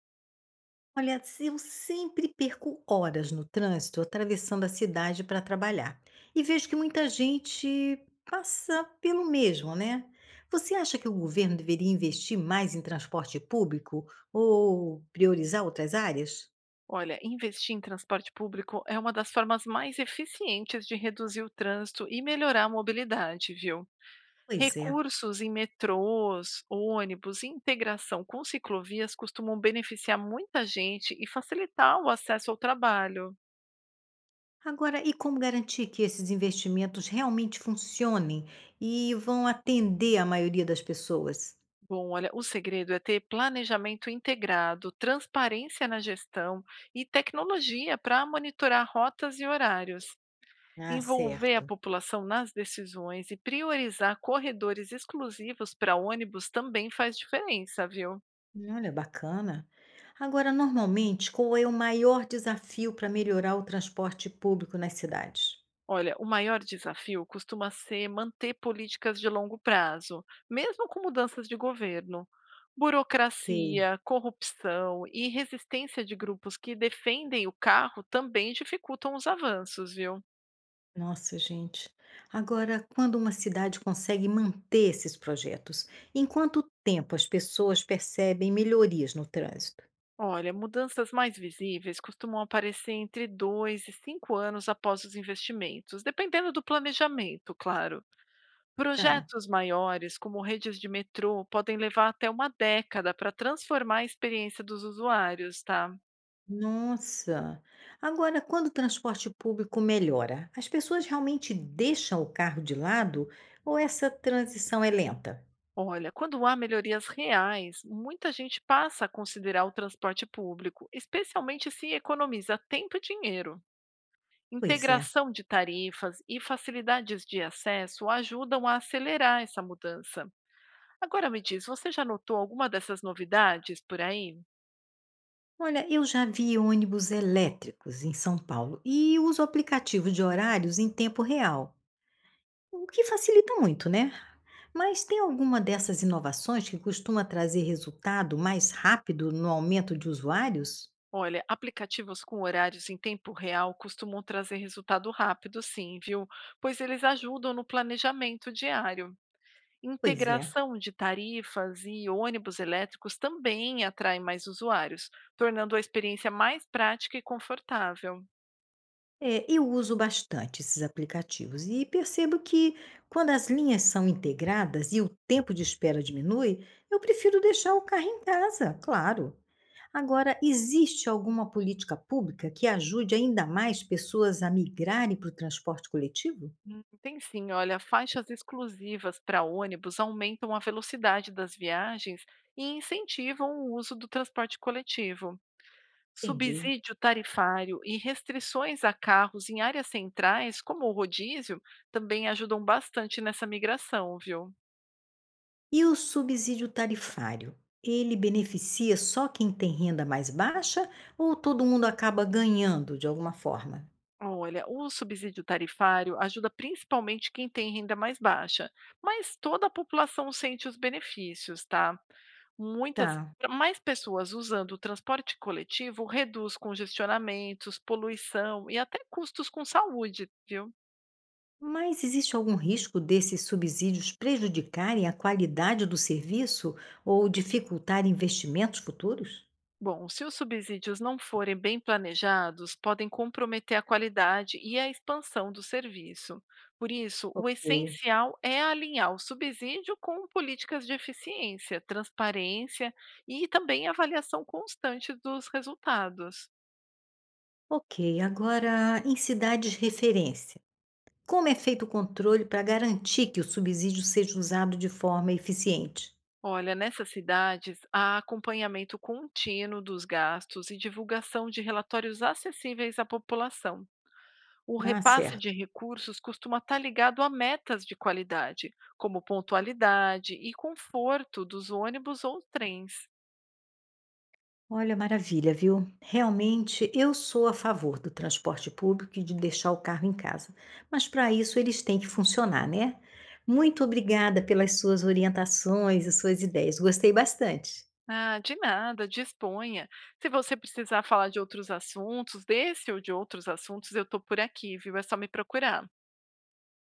Olha, se eu sempre perco horas no trânsito atravessando a cidade para trabalhar e vejo que muita gente passa pelo mesmo, né? Você acha que o governo deveria investir mais em transporte público ou priorizar outras áreas? Olha, investir em transporte público é uma das formas mais eficientes de reduzir o trânsito e melhorar a mobilidade, viu? Pois é. Recursos em metrôs, ônibus e integração com ciclovias costumam beneficiar muita gente e facilitar o acesso ao trabalho. Agora, e como garantir que esses investimentos realmente funcionem e vão atender a maioria das pessoas? Bom, olha, o segredo é ter planejamento integrado, transparência na gestão e tecnologia para monitorar rotas e horários. Ah, Envolver a certo. população nas decisões e priorizar corredores exclusivos para ônibus também faz diferença, viu? Olha, bacana. Agora, normalmente, qual é o maior desafio para melhorar o transporte público nas cidades? Olha, o maior desafio costuma ser manter políticas de longo prazo, mesmo com mudanças de governo. Ok. Burocracia, corrupção e resistência de grupos que defendem o carro também dificultam os avanços, viu? Nossa, gente. Agora, quando uma cidade consegue manter esses projetos, em quanto tempo as pessoas percebem melhorias no trânsito? Olha, mudanças mais visíveis costumam aparecer entre 2 e 5 anos após os investimentos, dependendo do planejamento, claro. Ah, Projetos maiores, como redes de metrô, podem levar até uma década para transformar a experiência dos usuários, tá? nossa. Agora, quando o transporte público melhora, as pessoas realmente deixam o carro de lado ou essa transição é lenta? Olha, quando há melhorias reais, muita gente passa a considerar o transporte público, especialmente se economiza tempo e dinheiro. Pois é. Integração de tarifas e facilidades de acesso ajudam a acelerar essa mudança. Agora me diz, você já notou alguma dessas novidades por aí? Olha, eu já vi ônibus elétricos em São Paulo e uso aplicativo de horários em tempo real, o que facilita muito, né? Mas tem alguma dessas inovações que costuma trazer resultado mais rápido no aumento de usuários? Olha, aplicativos com horários em tempo real costumam trazer resultado rápido, sim, viu? Pois eles ajudam no planejamento diário. Pois é. Integração de tarifas e ônibus elétricos também atrai mais usuários, tornando a experiência mais prática e confortável. É, eu uso bastante esses aplicativos e percebo que quando as linhas são integradas e o tempo de espera diminui, eu prefiro deixar o carro em casa, claro. Agora, existe alguma política pública que ajude ainda mais pessoas a migrarem para o transporte coletivo? Tem sim, olha, faixas exclusivas para ônibus aumentam a velocidade das viagens e incentivam o uso do transporte coletivo. Entendi. Subsídio tarifário e restrições a carros em áreas centrais, como o rodízio, também ajudam bastante nessa migração, viu? E o subsídio tarifário? Ele beneficia só quem tem renda mais baixa ou todo mundo acaba ganhando de alguma forma? Olha, o subsídio tarifário ajuda principalmente quem tem renda mais baixa, mas toda a população sente os benefícios, tá? Muitas Tá. mais pessoas usando o transporte coletivo reduz congestionamentos, poluição e até custos com saúde, viu? Mas existe algum risco desses subsídios prejudicarem a qualidade do serviço ou dificultarem investimentos futuros? Bom, se os subsídios não forem bem planejados, podem comprometer a qualidade e a expansão do serviço. Por isso, o Ok. essencial é alinhar o subsídio com políticas de eficiência, transparência e também avaliação constante dos resultados. Ok, agora em cidades referência. Como é feito o controle para garantir que o subsídio seja usado de forma eficiente? Olha, nessas cidades, há acompanhamento contínuo dos gastos e divulgação de relatórios acessíveis à população. O Ah, repasse de certo. recursos costuma estar ligado a metas de qualidade, como pontualidade e conforto dos ônibus ou trens. Olha, maravilha, viu? Realmente, eu sou a favor do transporte público e de deixar o carro em casa, mas para isso eles têm que funcionar, né? Muito obrigada pelas suas orientações e suas ideias, gostei bastante. Ah, de nada, disponha. Se você precisar falar de outros assuntos, desse ou de outros assuntos, eu estou por aqui, viu? É só me procurar.